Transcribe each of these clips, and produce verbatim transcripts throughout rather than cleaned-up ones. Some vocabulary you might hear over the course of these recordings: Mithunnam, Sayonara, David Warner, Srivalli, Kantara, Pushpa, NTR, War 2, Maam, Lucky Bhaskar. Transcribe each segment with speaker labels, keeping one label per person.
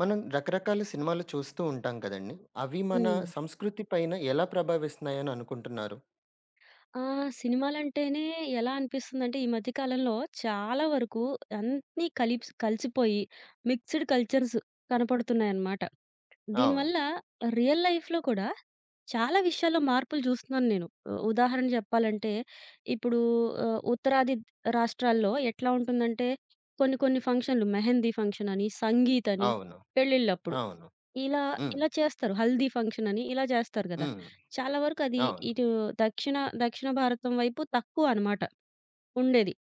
Speaker 1: మనం రకరకాల సినిమాలు చూస్తూ ఉంటాం కదండీ! అవి మన
Speaker 2: హ్మ్.
Speaker 1: సంస్కృతి పైన ఎలా ప్రభావిస్తున్నాయని అనుకుంటున్నారు?
Speaker 2: ఆ! సినిమాలంటేనే ఎలా అనిపిస్తుందంటే, ఈ మధ్య కాలంలో చాలా వరకు అన్నీ కలిప్స్ కలిసిపోయి మిక్స్డ్ కల్చర్స్ కనపడుతున్నాయన్నమాట.
Speaker 1: అవును.
Speaker 2: దీనివల్ల రియల్ లైఫ్‌లో కూడా చాలా విషయాల్లో మార్పులు చూస్తున్నాను నేను. ఉ ఉదాహరణ చెప్పాలంటే, ఇప్పుడు ఆహ్, ఉత్తరాది రాష్ట్రాల్లో ఎట్లా ఉంటుందంటే, కొన్ని కొన్ని ఫంక్షన్‌లు మెహందీ ఫంక్షన్ అని, సంగీత్ అని
Speaker 1: అవును.
Speaker 2: పెళ్ళిళ్ళప్పుడు
Speaker 1: అవును.
Speaker 2: ఇలా,
Speaker 1: హ్మ్.
Speaker 2: ఇలా చేస్తారు. హల్దీ ఫంక్షన్ అని ఇలా చేస్తారు గదా!
Speaker 1: హ్మ్.
Speaker 2: చాలా వరకు అది
Speaker 1: అవును.
Speaker 2: ఇటు దక్షిణ దక్షిణ భారతం వైపు తక్కువ అనమాట ఉండేది.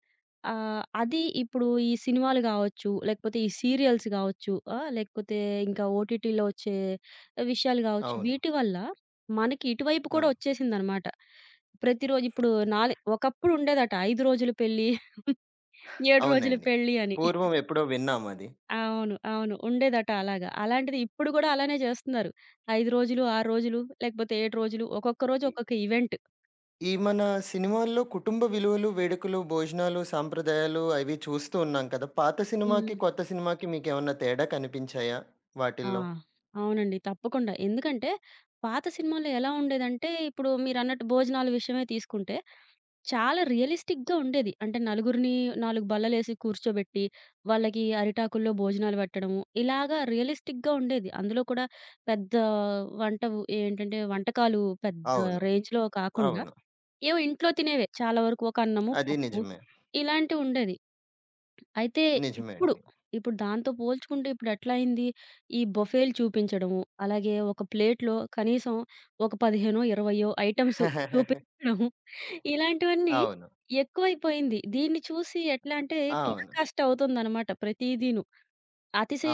Speaker 2: ఆహ్, అది ఇప్పుడు ఈ సినిమాలు గావచ్చు, లేకపోతే ఈ సీరియల్స్ గావచ్చు, ఆ! లేకపోతే ఇంకా ఓటీటీలో వచ్చే విషయాలు గావచ్చు,
Speaker 1: అవును.
Speaker 2: వీటి వల్ల మనకి ఇటువైపు కూడా
Speaker 1: అవును.
Speaker 2: వచ్చేసిందనమాట. ప్రతిరోజు ఇప్పుడు నాలే ఒకప్పుడు ఉండేదట ఐదు రోజుల పెళ్లి, ఏడు రోజుల
Speaker 1: అవునండి.
Speaker 2: పెళ్లి అని.
Speaker 1: పూర్వం ఎప్పుడో విన్నామది.
Speaker 2: అవును. అవును. ఉండేదట అలాగా. అలాంటిది ఇప్పుడు గూడా అలానే జేస్తున్నారు. ఐదు రోజులు, ఆరు రోజులు లేకపోతే ఏడు రోజులు ఒక్కొక్క రోజు
Speaker 1: ఈ
Speaker 2: ఒక్కొక్క ఈవెంట్.
Speaker 1: ఈ మన సినిమాల్లో కుటుంబ విలువలు, వేడుకలు, భోజనాలు, సాంప్రదాయాలు అవి చూస్తూ ఉన్నాం కదా! పాత సినిమాకి,
Speaker 2: హ్మ్.
Speaker 1: కొత్త సినిమాకి మీకేమన్నా తేడా కనిపించాయా
Speaker 2: ఆ!
Speaker 1: వాటిల్లో?
Speaker 2: అవునండి. తప్పకుండా. ఎందుకంటే పాత సినిమాల్లో ఎలా ఉండేదంటే ఇప్పుడు మీరన్నట్టు భోజనాల విషయమే తీసుకుంటే చాలా రియలిస్టిక్‌గా ఉండేది. అంటే నలుగురిని నాలుగు బల్లలేసి కూర్చోబెట్టి వాళ్ళకి అరిటాకుల్లో భోజనాలు పెట్టడము. ఇలాగా రియలిస్టిక్‌గా ఉండేది. అందులో కూడా పెద్ద వంటవు ఏంటంటే వంటకాలు పెద్ద
Speaker 1: అవును.
Speaker 2: రేంజ్‌లో కాకుండా
Speaker 1: అవును.
Speaker 2: ఏమో ఇంట్లో తినేవే. చాలా వరకు ఒక అన్నము,
Speaker 1: అది
Speaker 2: పప్పు
Speaker 1: నిజమే.
Speaker 2: ఇలాంటివుండేది. అయితే
Speaker 1: నిజమే
Speaker 2: ఇప్పుడు,
Speaker 1: అండి.
Speaker 2: ఇప్పుడు దాంతో పోల్చుకుంటే ఇప్పుడెట్లా అయింది, ఈ బొఫేలు చూపించడము, అలాగే ఒక ప్లేట్‌లో కనీసం ఒక పదిహేను, ఇరవై ఐటెమ్స్ చూపించడము ఇలాంటివన్నీ
Speaker 1: అవును.
Speaker 2: ఎక్కువైపోయింది. దీన్ని చూసి ఎట్లా అంటే
Speaker 1: అవును.
Speaker 2: పరాకాష్ట అవుతుందనమాట ప్రతీదీను.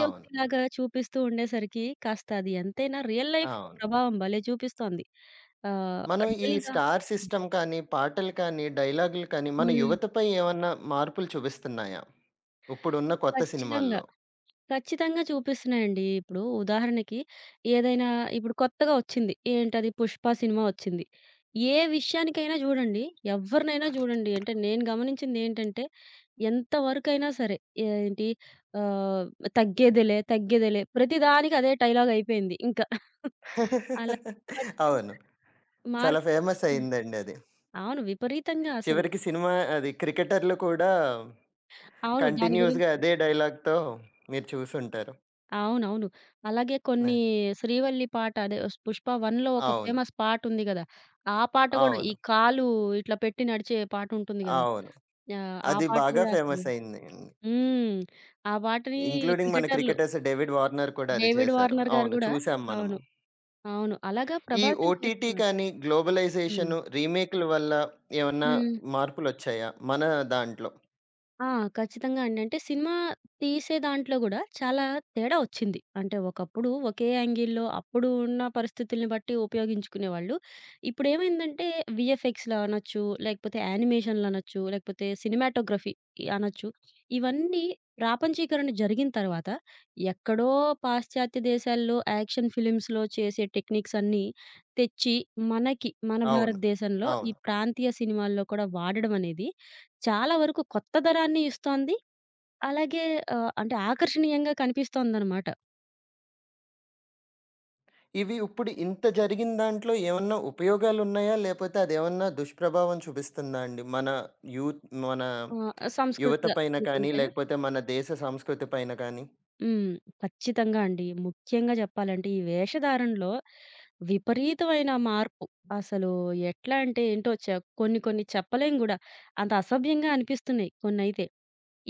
Speaker 1: అవును.
Speaker 2: చూపిస్తూ ఉండేసరికి కాస్త అది ఎంతైనా రియల్ లైఫ్‌లో
Speaker 1: అవును.
Speaker 2: ప్రభావం భలే చూపిస్తోంది. ఆహ్,
Speaker 1: మనం ఈ
Speaker 2: రియల్‌గా
Speaker 1: స్టార్ సిస్టమ్ కానీ, పాటలు కానీ, డైలాగులు కానీ మన
Speaker 2: హ్మ్.
Speaker 1: యువతపై ఏమన్నా మార్పులు చూపిస్తున్నాయా? ఇప్పుడున్న కొత్త
Speaker 2: ఖచ్చితంగా.
Speaker 1: సినిమాల్లో?
Speaker 2: ఖచ్చితంగా చూపిస్తున్నాయండి. ఇప్పుడు ఉదాహరణకి ఏదైనా ఇప్పుడు కొత్తగా వచ్చింది. ఏంటది 'పుష్ప' సినిమా వచ్చింది. ఏ విషయానికైనా చూడండి, ఎవరినైనా చూడండి. అంటే నేను గమనించిందేంటంటే, ఎంత వరకైనా సరే ఏంటి ఆహ్, తగ్గేదేలే, తగ్గేదేలే ప్రతి దానికి అదే డైలాగ్ అయిపోయింది ఇంకా. అలా
Speaker 1: అవును.
Speaker 2: ఖచ్చితంగా
Speaker 1: చాలా
Speaker 2: మార్పు
Speaker 1: ఫేమస్
Speaker 2: వస్తుంది.
Speaker 1: అయిందండి అది.
Speaker 2: అవును. విపరీతంగా అసలు.
Speaker 1: చివరికి సినిమా అది క్రికెటర్‌లు కూడా
Speaker 2: అవును. దాని గురించి
Speaker 1: కంటిన్యూయస్‌గా అదే డైలాగ్‌తో మీరు చూసుంటారు.
Speaker 2: అవునవును. అలాగే
Speaker 1: ఆ!
Speaker 2: కొన్ని 'శ్రీవల్లి' పాట అదే స్ 'పుష్ప వన్'లో ఒక
Speaker 1: అవును.
Speaker 2: ఫేమస్ పాటుంది గదా! ఆ పాట గూడా ఈ
Speaker 1: అవును.
Speaker 2: కాలు ఇట్లా పెట్టి నడిచే పాటుంటుంది గదా!
Speaker 1: అవును.
Speaker 2: యాహ్! ఆ ఆ
Speaker 1: అది
Speaker 2: పాట
Speaker 1: బాగా
Speaker 2: గూడా అసలు
Speaker 1: ఫేమస్ అయింది.
Speaker 2: హ్మ్. ఆ పాటని
Speaker 1: ఇంక్లూడింగ్ మన
Speaker 2: క్రికెటర్లు
Speaker 1: క్రికెటర్స్ డేవిడ్ వార్నర్ కూడా అది
Speaker 2: 'డేవిడ్
Speaker 1: చేశారు.
Speaker 2: వార్నర్' గారు
Speaker 1: అవును.
Speaker 2: గూడా
Speaker 1: చూసాం మనము.
Speaker 2: అవును. అవును. అలాగా
Speaker 1: ఈ
Speaker 2: ప్రభావితం
Speaker 1: ఓటీటీ
Speaker 2: చేస్తున్నారు.
Speaker 1: కానీ,
Speaker 2: హ్మ్.
Speaker 1: గ్లోబలైజేషను, రీమేక్‌ల వల్ల ఏమన్నా
Speaker 2: హ్మ్.
Speaker 1: మార్పులొచ్చాయా? మన దాంట్లో.
Speaker 2: ఆ! ఖచ్చితంగా అండి. అంటే సినిమా తీసే దాంట్లో గూడా చాలా తేడా ఒచ్చింది. అంటే ఒకప్పుడు ఒకే యాంగిల్‌లో అప్పుడు ఉన్న పరిస్థితుల్ని బట్టి ఉపయోగించుకునేవాళ్ళు. ఇప్పుడేమైందంటే వీఎఫ్ఎక్స్‌లో అనొచ్చు, లేకపోతే యానిమేషన్‌లు అనొచ్చు, లేకపోతే సినిమాటోగ్రఫీ ఇ అనొచ్చు. ఇవన్నీ ప్రాపంచీకరణ జరిగిన తర్వాత ఎక్కడో పాశ్చాత్య దేశాల్లో యాక్షన్ ఫిల్మ్స్‌లో చేసే టెక్నిక్స్ అన్నీ తెచ్చి మనకి మన
Speaker 1: అవును.
Speaker 2: భారతదేశంలో ఈ
Speaker 1: అవును.
Speaker 2: ప్రాంతీయ సినిమాల్లో కూడా వాడడం అనేది చాలా వరకు కొత్త దరాన్ని ఇస్తోంది. అలాగే ఆహ్, అంటే ఆకర్షణీయంగా కనిపిస్తోందనమాట.
Speaker 1: ఇవి ఇప్పుడు ఇంత జరిగిన దాంట్లో ఏమన్నా ఉపయోగాలున్నాయా? లేపోతే అదేమన్నా దుష్ప్రభావం చూపిస్తుందా అండి? మన యూత్ మన
Speaker 2: ఆహ్,
Speaker 1: యువత
Speaker 2: సంస్కృతిగా
Speaker 1: పైన కానీ,
Speaker 2: అనుకుంటేనా?
Speaker 1: లేకపోతే మన దేశ సంస్కృతి పైన కానీ?
Speaker 2: హ్మ్. ఖచ్చితంగా అండి. ముఖ్యంగా చెప్పాలంటే ఈ వేషధారణలో విపరీతమైన మార్పు. అసలు ఎట్లా అంటే ఏంటో చె కొన్ని కొన్ని చెప్పలేం గూడా. అంత అసభ్యంగా అనిపిస్తున్నాయి కొన్నైతే.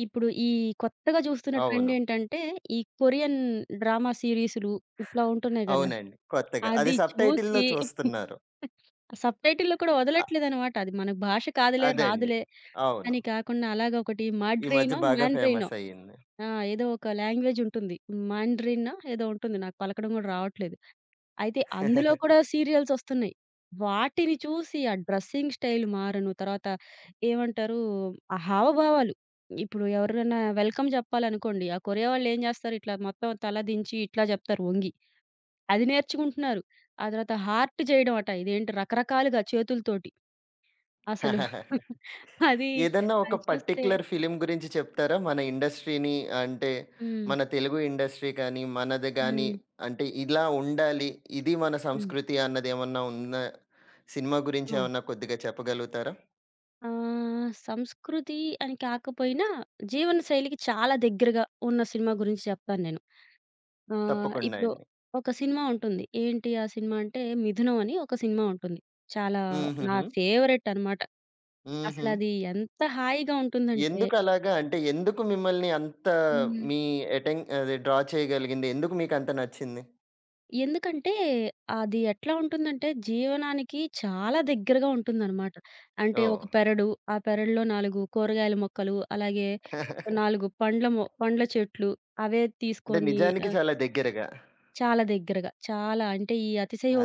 Speaker 2: ఇప్పుడు ఈ కొత్తగా చూస్తున్న ట్రెండ్
Speaker 1: అవును.
Speaker 2: ఏంటంటే ఈ కొరియన్ డ్రామా సీరీసులు ఇట్లా ఉంటున్నాయి గదా!
Speaker 1: అవునండి. కొత్తగా. అది
Speaker 2: అది
Speaker 1: సబ్‌టైటిల్‌లో
Speaker 2: చూసి
Speaker 1: చూస్తున్నారు.
Speaker 2: సబ్‌టైటిల్‌లో కూడా
Speaker 1: అ
Speaker 2: వదలట్లేదనమాట. అది మన భాష కాదులే,
Speaker 1: అదే అండి.
Speaker 2: రాదులే
Speaker 1: అవును.
Speaker 2: అని కాకుండా అలాగా ఒకటి
Speaker 1: ఈ మధ్య
Speaker 2: మాడ్రైనో,
Speaker 1: బాగా
Speaker 2: మాండ్రైనో
Speaker 1: ఫేమస్ అయ్యింది.
Speaker 2: ఆ! ఏదో ఒక లాంగ్వేజ్ ఉంటుంది. మాండ్రినో ఏదో ఉంటుంది. నాకు పలకడం కూడా రావట్లేదు. అయితే అందులో కూడా సీరియల్సొస్తున్నాయి. వాటిని చూసి ఆ డ్రెస్సింగ్ స్టైల్ మారను. తర్వాత ఏమంటారు ఆ హావభావాలు. ఇప్పుడు ఎవరైనా వెల్కమ్ చెప్పాలనుకోండి. ఆ కొరియా వాళ్ళేం జేస్తారు ఇట్లా మొత్తం తల దించి ఇట్లా జెప్తారు వంగి. అది నేర్చుకుంటున్నారు. ఆ తర్వాత హార్ట్ చేయడం అట. ఇదేంటి రకరకాలుగా చేతులతోటి. అసలు. అది,
Speaker 1: ఏదన్నా ఒక
Speaker 2: అది చూస్తే
Speaker 1: పర్టిక్యులర్ ఫిల్మ్ గురించి చెప్తారా? మన ఇండస్ట్రీని అంటే,
Speaker 2: హ్మ్.
Speaker 1: మన తెలుగు ఇండస్ట్రీ కానీ, మనది గానీ
Speaker 2: హ్మ్.
Speaker 1: అంటే ఇలా ఉండాలి. ఇది మన
Speaker 2: హ్మ్.
Speaker 1: సంస్కృతి అన్నదేమన్నా ఉందా? సినిమా గురించి
Speaker 2: ఆ!
Speaker 1: ఏమన్నా కొద్దిగా చెప్పగలుగుతారా?
Speaker 2: ఆహ్, సంస్కృతి అని కాకపోయినా, జీవన శైలికి చాలా దగ్గరగా ఉన్న సినిమా గురించి చెప్తాను నేను. ఆహ్,
Speaker 1: తప్పకుండా
Speaker 2: ఇప్పుడు
Speaker 1: అండి.
Speaker 2: ఒక సినిమా ఉంటుంది. ఏంటి ఆ సినిమా అంటే 'మిథునం' అని ఒక సినిమా ఉంటుంది. చాలా నా
Speaker 1: హుహుహు.
Speaker 2: ఫేవరెట్ అన్నమాట.
Speaker 1: హుహు.
Speaker 2: అసలది ఎంత హాయిగా ఉంటుందంటే
Speaker 1: ఎందుకలాగా? అంటే ఎందుకు మిమ్మల్ని అంత
Speaker 2: హ్మ్.
Speaker 1: మీ అటెన్ అదే డ్రా చేయగలిగింది? ఎందుకు మీకంత నచ్చింది?
Speaker 2: ఎందుకంటే, అది ఎట్లా ఉంటుందంటే, జీవనానికి చాలా దగ్గరగా ఉంటుందనమాట. అంటే ఒక
Speaker 1: ఓహ్!
Speaker 2: పెరడు, ఆ పెరడులో నాలుగు కూరగాయల మొక్కలు, అలాగే నాలుగు పండ్ల మొ పండ్ల చెట్లు, అవే
Speaker 1: అంటే
Speaker 2: తీసుకొని
Speaker 1: నిజానికి చాలా దగ్గరగా.
Speaker 2: చాలా దగ్గరగా. చాలా అంటే ఈ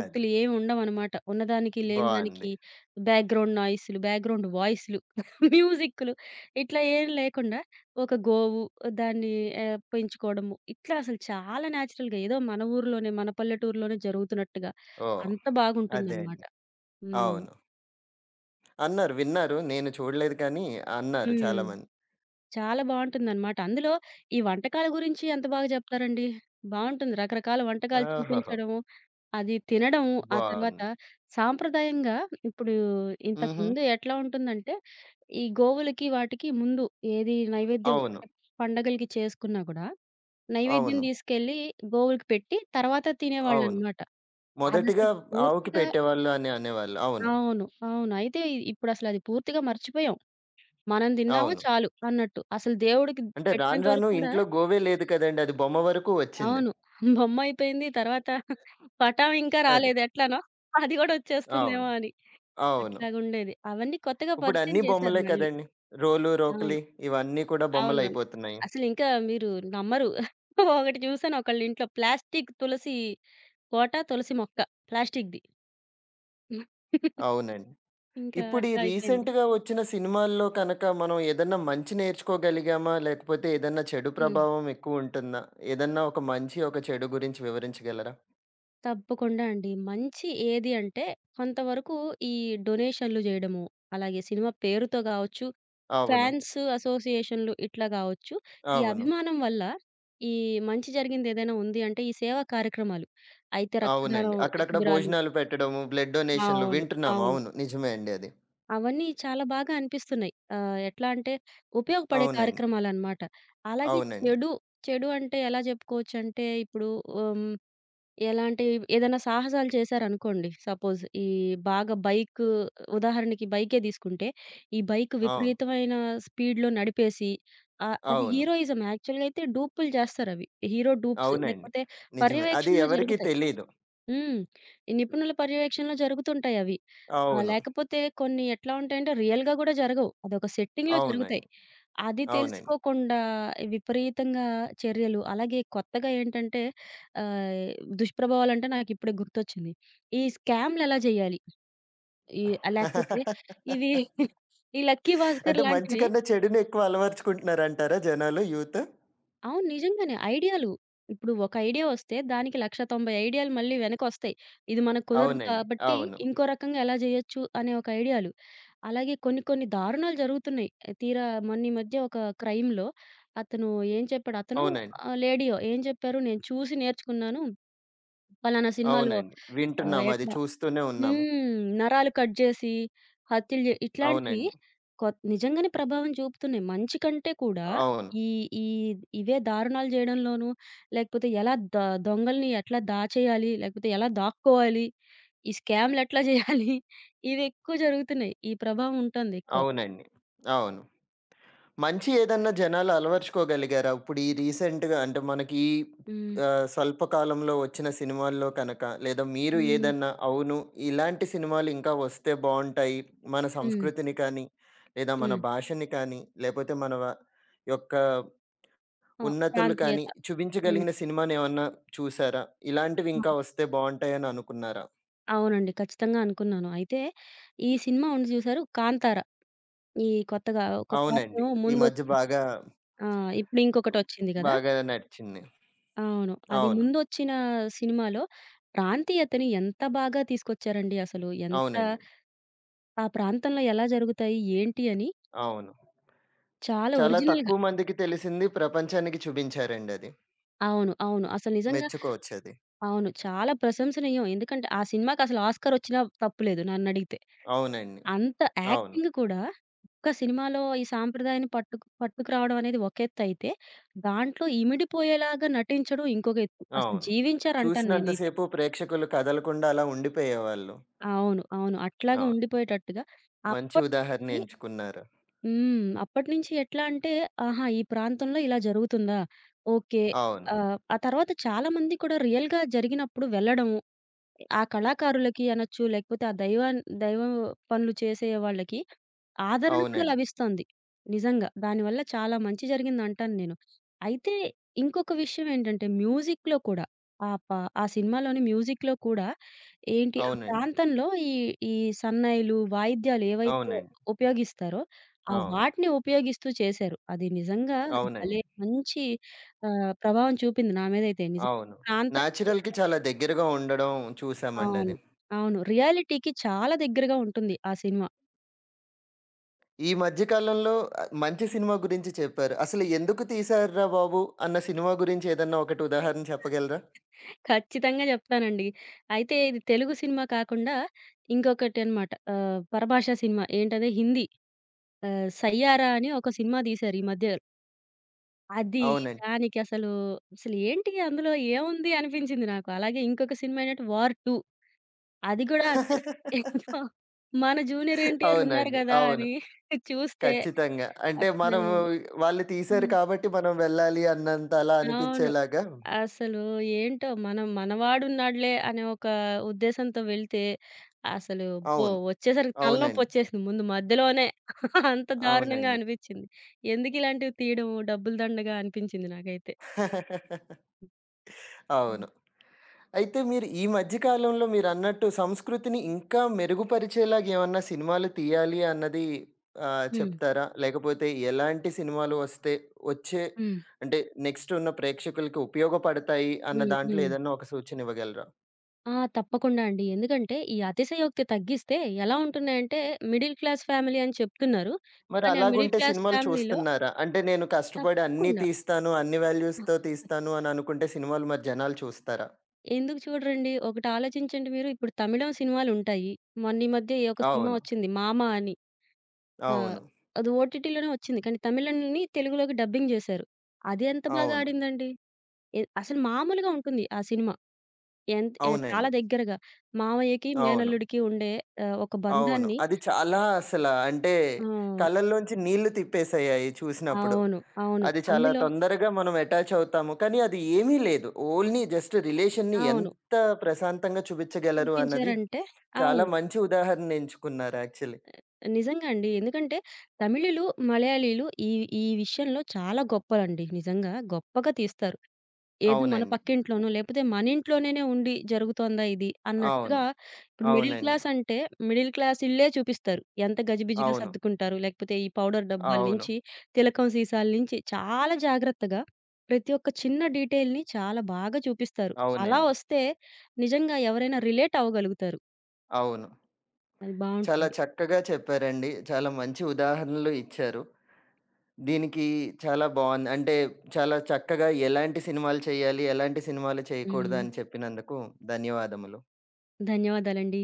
Speaker 1: అదే.
Speaker 2: ఏమి ఉండవనమాట. ఉన్నదానికి, లేని దానికి
Speaker 1: బావుంది.
Speaker 2: బ్యాక్‌గ్రౌండ్ నాయిస్‌లు, బ్యాక్‌గ్రౌండ్ వాయిస్‌లు, మ్యూజిక్కులు ఇట్లా ఏం లేకుండా ఒక గోవు దాన్ని ఆహ్, పెంచుకోవడము. ఇట్లా అసలు చాలా నేచురల్‌గా ఏదో మన ఊర్లోనే, మన పల్లెటూరులోనే జరుగుతున్నట్టుగా
Speaker 1: ఓహ్!
Speaker 2: అంత
Speaker 1: అదే
Speaker 2: బాగుంటుందనమాట.
Speaker 1: అండి.
Speaker 2: హ్మ్.
Speaker 1: అవును. అన్నారు. విన్నారు. నేను చూడలేదు కానీ అన్నారు
Speaker 2: హ్మ్.
Speaker 1: చాలామంది.
Speaker 2: చాలా బావుంటుందనమాట. అందులో ఈ వంటకాల గురించి ఎంత బాగా జెప్తారండి. బావుంటుంది. రకరకాల వంటకాలు
Speaker 1: ఆహాహా!
Speaker 2: చూపించడము, అది తినడం. ఆ తర్వాత
Speaker 1: బావుంది.
Speaker 2: సాంప్రదాయంగా ఇప్పుడు
Speaker 1: హుహు.
Speaker 2: ఇంతకుముందు ఎట్లా ఉంటుందంటే, ఈ గోవులకి వాటికి ముందు ఏది నైవేద్యం
Speaker 1: అవును.
Speaker 2: అంటే పండగలకి చేసుకున్నా గూడా, నైవేద్యం
Speaker 1: అవును.
Speaker 2: దీసుకెళ్ళి గోవులకి పెట్టి తర్వాత
Speaker 1: అవును.
Speaker 2: తినేవాళ్ళనమాట.
Speaker 1: మొదటిగా
Speaker 2: అదసలు
Speaker 1: ఆవుకి
Speaker 2: పూర్తిగా
Speaker 1: పెట్టేవాళ్ళు అని అనేవాళ్ళు. అవును.
Speaker 2: అవును. అవును. అయితే ఇప్పుడసలది పూర్తిగా మర్చిపోయాం. మనం తిన్నామా
Speaker 1: అవును.
Speaker 2: చాలు అన్నట్టు. అసలు దేవుడికి
Speaker 1: అంటే రాను
Speaker 2: పెట్టేంత
Speaker 1: రాను
Speaker 2: వరకు కూడా
Speaker 1: ఇంట్లో గోవే లేదు కదండీ. అది బొమ్మ వరకు వచ్చింది.
Speaker 2: అవును. బొమ్మయిపోయింది. తర్వాత పటాం ఇంకా
Speaker 1: అదే.
Speaker 2: రాలేదు ఎట్లానో. అది గూడా
Speaker 1: అవును.
Speaker 2: వచ్చేస్తుందేమో అని.
Speaker 1: అవును.
Speaker 2: అట్లాగుండేది. అవన్నీ కొత్తగా
Speaker 1: ఇప్పుడు
Speaker 2: పరిచయం
Speaker 1: అన్నీ
Speaker 2: చేశారు
Speaker 1: బొమ్మలే
Speaker 2: మళ్ళీ.
Speaker 1: కదండీ. రోలు, రోకలి
Speaker 2: అవును.
Speaker 1: ఇవన్నీ కూడా
Speaker 2: అవునవును.
Speaker 1: బొమ్మలయిపోతున్నాయి.
Speaker 2: అసలింకా మీరు నమ్మరు. ఒకటి చూసాను ఒకళ్ళింట్లో ప్లాస్టిక్ తులసి కోట, తులసి మొక్క ప్లాస్టిక్‌ది.
Speaker 1: అవునండి.
Speaker 2: ఇంకా
Speaker 1: ఇప్పుడు ఈ
Speaker 2: అట్లా అయిపోయింది.
Speaker 1: రీసెంట్‌గా వచ్చిన సినిమాల్లో కనక మనం ఏదన్నా మంచి నేర్చుకోగలిగామా? లేకపోతే ఏదన్నా చెడు
Speaker 2: హ్మ్.
Speaker 1: ప్రభావం ఎక్కువుంటుందా? ఏదన్నా ఒక మంచి, ఒక చెడు గురించి వివరించగలరా?
Speaker 2: తప్పకుండా అండి. మంచి ఏది అంటే కొంతవరకు ఈ డొనేషన్‌లు జేయడము, అలాగే సినిమా పేరుతో గావచ్చు
Speaker 1: అవును.
Speaker 2: ఫ్యాన్స్ అసోసియేషన్‌లు ఇట్లా గావచ్చు. ఈ
Speaker 1: అవును.
Speaker 2: అభిమానం వల్ల ఈ మంచి జరిగిందేదైనా ఉంది అంటే ఈ సేవా కార్యక్రమాలు. అయితే
Speaker 1: అవునండి.
Speaker 2: రక్తదానం
Speaker 1: అక్కడక్కడ
Speaker 2: శిబిరాలు
Speaker 1: భోజనాలు పెట్టడము, బ్లడ్ డొనేషన్‌లు
Speaker 2: అవును.
Speaker 1: వింటున్నాము.
Speaker 2: అవును.
Speaker 1: అవును. నిజమే అండి అది.
Speaker 2: అవన్నీ చాలా బాగా అనిపిస్తున్నాయి. ఆహ్, ఎట్లా అంటే ఉపయోగపడే
Speaker 1: అవునండి.
Speaker 2: కార్యక్రమాలనమాట. అలాగే
Speaker 1: అవునండి.
Speaker 2: చెడు, చెడు అంటే ఎలా జెప్పుకోవచ్చంటే ఇప్పుడు హ్మ్. ఎలాంటి ఏదైనా సాహసాలు చేశారనుకోండి. సపోజ్ ఈ బాగా బైక్ ఉదాహరణకి బైకే తీసుకుంటే, ఈ బైక్
Speaker 1: అవును.
Speaker 2: విపరీతమైన స్పీడ్‌లో నడిపేసి ఆహ్, అది
Speaker 1: అవును.
Speaker 2: హీరోయిజం యాక్చువల్‌గా అయితే డూపులు చేస్తారవి. హీరో డూప్స్
Speaker 1: అవునండి.
Speaker 2: లేకపోతే
Speaker 1: నిజమే. అది
Speaker 2: పర్యవేక్షణలో
Speaker 1: ఎవరికీ
Speaker 2: జరుగుతాయి.
Speaker 1: తెలీదు.
Speaker 2: హ్మ్. ఈ నిపుణుల పర్యవేక్షణలో జరుగుతుంటాయవి. ఆ!
Speaker 1: అవును.
Speaker 2: లేకపోతే కొన్ని ఎట్లా ఉంటాయంటే రియల్‌గా గూడా జరగవు. అదొక సెట్టింగ్‌లో జరుగుతాయి.
Speaker 1: అవునండి.
Speaker 2: అది
Speaker 1: అవునండి.
Speaker 2: తెలుసుకోకుండా విపరీతంగా చర్యలు, అలాగే కొత్తగా ఏంటంటే ఆహ్, దుష్ప్రభావాలంటే నాకిప్పుడే గుర్తొచ్చింది. ఈ స్కామ్‌లెలా జేయాలి? ఈ లేకపోతే ఇవి ఈ లక్కీ
Speaker 1: అంటే
Speaker 2: భాస్కర్
Speaker 1: మంచి
Speaker 2: లాంటివి
Speaker 1: కన్నా చెడుని ఎక్కువ అలవరుచుకుంటున్నారంటారా జనాలు యూత్?
Speaker 2: అవును. నిజంగానే. ఐడియాలు. ఇప్పుడు ఒక ఐడియా వస్తే దానికి ఒక లక్ష తొంభై వేలు ఐడియాలు మళ్ళీ వెనకొస్తాయి. ఇది మనకు కుదరదు
Speaker 1: అవునండి.
Speaker 2: కాబట్టి
Speaker 1: అవును.
Speaker 2: ఇంకో రకంగా ఎలా జేయొచ్చు అనే ఒక ఐడియాలు. అలాగే కొన్ని కొన్ని దారుణాలు జరుగుతున్నాయి. ఆ, తీరా మొన్న ఈ మధ్య ఒక క్రైమ్‌లో అతను ఏం చెప్పాడు అతనో
Speaker 1: అవునండి.
Speaker 2: ఆహ్, లేడీయో ఏం చెప్పారు నేను చూసి నేర్చుకున్నాను. పలానా సినిమాలో
Speaker 1: అవునండి.
Speaker 2: ఆహ్,
Speaker 1: వింటున్నాము. అది
Speaker 2: ఎట్లా
Speaker 1: చూస్తూనే ఉన్నాము.
Speaker 2: హ్మ్. నరాలు కట్ జేసి, హత్యలు జే ఇట్లాంటివి
Speaker 1: అవునండి.
Speaker 2: కొత్ నిజంగానే ప్రభావం చూపుతున్నాయి. మంచి కంటే కూడా
Speaker 1: అవును.
Speaker 2: ఈ ఈ ఇవే దారుణాలు జేయడంలోనూ, లేకపోతే ఎలా ద దొంగల్ని ఎట్లా దాచేయాలి, లేకపోతే ఎలా దాక్కోవాలి, ఈ స్కామ్‌లెట్లా జేయాలి ఇవెక్కువ జరుగుతున్నాయి. ఈ ప్రభావం ఉంటుంది ఎక్కువ.
Speaker 1: అవునండి. అవును. మంచి ఏదన్నా జనాలు అలవరుచుకోగలిగారా? ఇప్పుడు ఈ రీసెంట్‌గా అంటే మనకి
Speaker 2: హ్మ్.
Speaker 1: ఆహ్, స్వల్ప కాలంలో వచ్చిన సినిమాల్లో కనక లేదా మీరు
Speaker 2: హ్మ్.
Speaker 1: ఏదన్నా అవును ఇలాంటి సినిమాలు ఇంకా వస్తే బావుంటాయి. మన
Speaker 2: హ్మ్.
Speaker 1: సంస్కృతిని కానీ, లేదా మన
Speaker 2: హ్మ్.
Speaker 1: భాషని కానీ, లేపోతే మన వ- యొక్క
Speaker 2: ఆ!
Speaker 1: ఉన్నతులు కానీ,
Speaker 2: ప్రాంతీయత. హ్మ్.
Speaker 1: చూపించగలిగిన సినిమానేమన్నా చూసారా? ఇలాంటివి
Speaker 2: హ్మ్.
Speaker 1: ఇంకా వస్తే బావుంటాయని అనుకున్నారా?
Speaker 2: అవునండి. ఖచ్చితంగా అనుకున్నాను. అయితే ఈ సినిమా ఉంది జూసారు 'కాంతార' ఈ కొత్తగా ఒక
Speaker 1: అవునండి.
Speaker 2: పార్టేమో
Speaker 1: ఈ మధ్య
Speaker 2: ముందొచ్చింది.
Speaker 1: బాగా,
Speaker 2: ఆ! ఇప్పుడు ఇంకొకటొచ్చింది గదా!
Speaker 1: బాగా నడిచింది.
Speaker 2: అవును. అది
Speaker 1: అవును.
Speaker 2: ముందొచ్చిన సినిమాలో ప్రాంతీయతని ఎంత బాగా తీసుకొచ్చారండి అసలు. ఎంత
Speaker 1: అవునండి.
Speaker 2: ఆ ప్రాంతంలో ఎలా జరుగుతాయి, ఏంటి అని
Speaker 1: అవును.
Speaker 2: చాలా
Speaker 1: చాలా
Speaker 2: ఒరిజినల్‌గా
Speaker 1: తక్కువ మందికి తెలిసింది ప్రపంచానికి చూపించారండి అది.
Speaker 2: అవును. అవును. అసలు నిజంగా
Speaker 1: మెచ్చుకోవచ్చది.
Speaker 2: అవును. చాలా ప్రశంసనీయం. ఎందుకంటే ఆ సినిమాకి అసలు ఆస్కారొచ్చినా తప్పులేదు నన్నడిగితే.
Speaker 1: అవునండి.
Speaker 2: అంత
Speaker 1: అవును.
Speaker 2: యాక్టింగ్ కూడా ఒక్క సినిమాలో ఈ సాంప్రదాయాన్ని పట్టుకు పట్టుకురావడం అనేది ఒక ఎత్తయితే, దాంట్లో ఇమిడిపోయేలాగా నటించడం ఇంకొక ఎత్తు. అసలు
Speaker 1: అవును.
Speaker 2: జీవించారంటాను
Speaker 1: చూసినంత
Speaker 2: నేనైతే.
Speaker 1: సేపు ప్రేక్షకులు కదలకుండా అలా ఉండిపోయేవాళ్ళు.
Speaker 2: అవును. అవును. అట్లాగే
Speaker 1: అవును.
Speaker 2: ఉండిపోయేటట్టుగా
Speaker 1: మంచి ఉదాహరణ
Speaker 2: అప్పటినుంచి
Speaker 1: ఎంచుకున్నారు.
Speaker 2: హ్మ్. అప్పటినుంచి ఎట్లా అంటే, ఆహా! ఈ ప్రాంతంలో ఇలా జరుగుతుందా? ఓకే.
Speaker 1: అవును.
Speaker 2: ఆహ్, ఆ తర్వాత చాలామంది కూడా రియల్‌గా జరిగినప్పుడు వెళ్ళడం, ఆ కళాకారులకి అనొచ్చు, లేకపోతే ఆ దైవాన్ దైవ పనులు చేసే వాళ్ళకి ఆదరణ కూడా
Speaker 1: అవునండి.
Speaker 2: లభిస్తోంది. నిజంగా. దానివల్ల చాలా మంచి జరిగిందంటాను నేను. అయితే ఇంకొక విషయం ఏంటంటే మ్యూజిక్‌లో కూడా ఆ ప ఆ సినిమాలోని మ్యూజిక్‌లో కూడా ఏంటి ఆ
Speaker 1: అవునండి.
Speaker 2: ప్రాంతంలో ఈ ఈ సన్నాయిలు, వాయిద్యాలు ఏవైతే
Speaker 1: అవునండి.
Speaker 2: ఉపయోగిస్తారో ఆ
Speaker 1: అవును.
Speaker 2: వాటిని ఉపయోగిస్తూ చేశారు. అది నిజంగా అది
Speaker 1: అవునండి.
Speaker 2: భలే మంచి ఆహ్, ప్రభావం చూపింది నా మీదైతే. నిజంగా
Speaker 1: అవును.
Speaker 2: ప్రాంతం
Speaker 1: నేచురల్‌కి చాలా దగ్గరగా ఉండడం
Speaker 2: అవును.
Speaker 1: చూసామండది.
Speaker 2: అవును. రియాలిటీకి చాలా దగ్గరగా ఉంటుంది ఆ సినిమా.
Speaker 1: ఈ మధ్య కాలంలో ఆహ్, మంచి సినిమా గురించి చెప్పారు. అసలు ఎందుకు తీశార్రా బాబు! అన్న సినిమా గురించి ఏదన్నా ఒకటి ఉదాహరణ చెప్పగలరా?
Speaker 2: ఖచ్చితంగా జెప్తానండి. అయితే ఇది తెలుగు సినిమా కాకుండా ఇంకొకటనమాట. ఆహ్, పరభాషా సినిమా ఏంటది హిందీ ఆహ్, 'సయ్యారా' అని ఒక సినిమా తీశారు ఈ మధ్య. అది
Speaker 1: అవునండి.
Speaker 2: దానికసలు, అసలు అసలు ఏంటి అందులో ఏముంది అనిపించింది నాకు. అలాగే ఇంకొక సినిమా ఏంటంటే 'వార్ టూ' అది గూడా అంతే. ఏదో మన జూనియర్ ఎన్టీఆర్ ఉన్నారు
Speaker 1: అవునండి.
Speaker 2: గదా!
Speaker 1: అవును.
Speaker 2: అని చూస్తే
Speaker 1: ఖచ్చితంగా. అంటే
Speaker 2: అస్సలు
Speaker 1: మనము వాళ్ళు తీశారు
Speaker 2: హ్మ్.
Speaker 1: కాబట్టి మనం వెళ్ళాలి అన్నంత అలా
Speaker 2: అవును.
Speaker 1: అనిపిచ్చేలాగా
Speaker 2: అసలు ఏంటో మనం మనవాడున్నాడులే అనే ఒక ఉద్దేశంతో వెళ్తే, అసలు అబ్బో!
Speaker 1: అవును.
Speaker 2: వచ్చేసరికి
Speaker 1: అవునండి.
Speaker 2: తలనొప్పొచ్చేసింది ముందు మధ్యలోనే. అంత దారుణంగా
Speaker 1: అవునండి.
Speaker 2: అనిపిచ్చింది. ఎందుకిలాంటివి తీయడము డబ్బులు దండగా అనిపించింది నాకైతే.
Speaker 1: అవును.
Speaker 2: హ్మ్.
Speaker 1: అయితే మీరు ఈ మధ్య కాలంలో మీరన్నట్టు సంస్కృతిని ఇంకా మెరుగుపరిచేలాగా ఏమన్నా సినిమాలు తీయాలి అన్నది ఆహ్,
Speaker 2: హ్మ్.
Speaker 1: చెప్తారా? లేకపోతే ఎలాంటి సినిమాలు వస్తే వచ్చే
Speaker 2: హ్మ్.
Speaker 1: అంటే నెక్స్ట్ ఉన్న ప్రేక్షకులకి ఉపయోగపడతాయి అన్న
Speaker 2: హ్మ్.
Speaker 1: దాంట్లో
Speaker 2: హ్మ్.
Speaker 1: ఏదన్నా ఒక సూచన ఇవ్వగలరా?
Speaker 2: ఆ! తప్పకుండా అండి. ఎందుకంటే, ఈ అతిశయోక్తి తగ్గిస్తే ఎలా ఉంటున్నాయంటే, మిడిల్ క్లాస్ ఫ్యామిలీ అని చెప్తున్నారు.
Speaker 1: మరి
Speaker 2: కానీ ఆ మిడిల్
Speaker 1: అలాగుంటే
Speaker 2: క్లాస్
Speaker 1: సినిమాలు
Speaker 2: ఫ్యామిలీలో
Speaker 1: చూస్తున్నారా? అంటే నేను కష్టపడి అన్నీ
Speaker 2: తప్పకుండా.
Speaker 1: తీస్తాను, అన్ని వాల్యూస్‌తో తీస్తాను అని అనుకుంటే సినిమాలు మరి జనాలు చూస్తారా?
Speaker 2: ఎందుకు చూడరండి? ఒకటి ఆలోచించండి మీరు. ఇప్పుడు తమిళం సినిమాలుంటాయి. మొన్న ఈ మధ్య ఏ ఒక సినిమా
Speaker 1: అవును.
Speaker 2: వచ్చింది 'మామ' అని. ఆహ్,
Speaker 1: అవును.
Speaker 2: అది ఓటీటీలోనే వచ్చింది. కానీ తమిళంని తెలుగులోకి డబ్బింగ్ జేశారు. అది ఎంత బాగా
Speaker 1: అవును.
Speaker 2: ఆడిందండి. ఎ అసలు మామూలుగా ఉంటుంది ఆ సినిమా. ఎంత్ ఆహ్, చాలా
Speaker 1: అవునండి.
Speaker 2: దగ్గరగా. మావయ్యకి,
Speaker 1: అవును.
Speaker 2: మేనల్లుడికి ఉండే ఆహ్, ఒక
Speaker 1: అవును.
Speaker 2: బంధాన్ని
Speaker 1: అది చాలా అసల అంటే
Speaker 2: ఆ!
Speaker 1: కళ్ళల్లోంచి నీళ్లు తిప్పేసాయి చూసినప్పుడు.
Speaker 2: అవును. అవును.
Speaker 1: అది చాలా
Speaker 2: అందులో
Speaker 1: తొందరగా మనం అటాచ్ అవుతాము. కానీ అది ఏమీ లేదు. ఓన్లీ జస్ట్ రిలేషన్‌ని
Speaker 2: అవును.
Speaker 1: ఎంత ప్రశాంతంగా చూపించగలరు అన్నది
Speaker 2: చూపించారంటే
Speaker 1: చాలా
Speaker 2: అవును.
Speaker 1: మంచి ఉదాహరణ ఎంచుకున్నారు యాక్చువల్లీ.
Speaker 2: నిజంగా అండి. ఎందుకంటే తమిళులు, మలయాళీలు ఈ ఈ విషయంలో చాలా గొప్పలండి. నిజంగా గొప్పగా తీస్తారు. ఏదో మన
Speaker 1: అవునండి.
Speaker 2: పక్కింట్లోనో లేపోతే మన ఇంట్లోనేనే ఉండి జరుగుతోందా ఇది
Speaker 1: అవును.
Speaker 2: అన్నట్టుగా ఇప్పుడు మిడిల్
Speaker 1: అవునండి.
Speaker 2: క్లాస్ అంటే మిడిల్ క్లాస్ ఇళ్ళే చూపిస్తారు. ఎంత గజిబిజిగా
Speaker 1: అవును.
Speaker 2: సర్దుకుంటారు. లేకపోతే ఈ పౌడర్ డబ్బాల
Speaker 1: అవును.
Speaker 2: నుంచి, తిలకం సీసాల నుంచి చాలా జాగ్రత్తగా ప్రతి ఒక్క చిన్న డీటెయిల్‌ని చాలా బాగా చూపిస్తారు. అలా
Speaker 1: అవునండి.
Speaker 2: వస్తే నిజంగా ఎవరైనా రిలేట్ అవ్వగలుగుతారు.
Speaker 1: అవును.
Speaker 2: అది
Speaker 1: చాలా
Speaker 2: బావుంటుంది.
Speaker 1: చక్కగా చెప్పారండి. చాలా మంచి ఉదాహరణలు ఇచ్చారు. దీనికి చాలా బావుంది. అంటే చాలా చక్కగా ఎలాంటి సినిమాలు చేయాలి, ఎలాంటి సినిమాలు చేయకూడదు
Speaker 2: హ్మ్.
Speaker 1: అని చెప్పినందుకు ధన్యవాదములు.
Speaker 2: ధన్యవాదాలండి.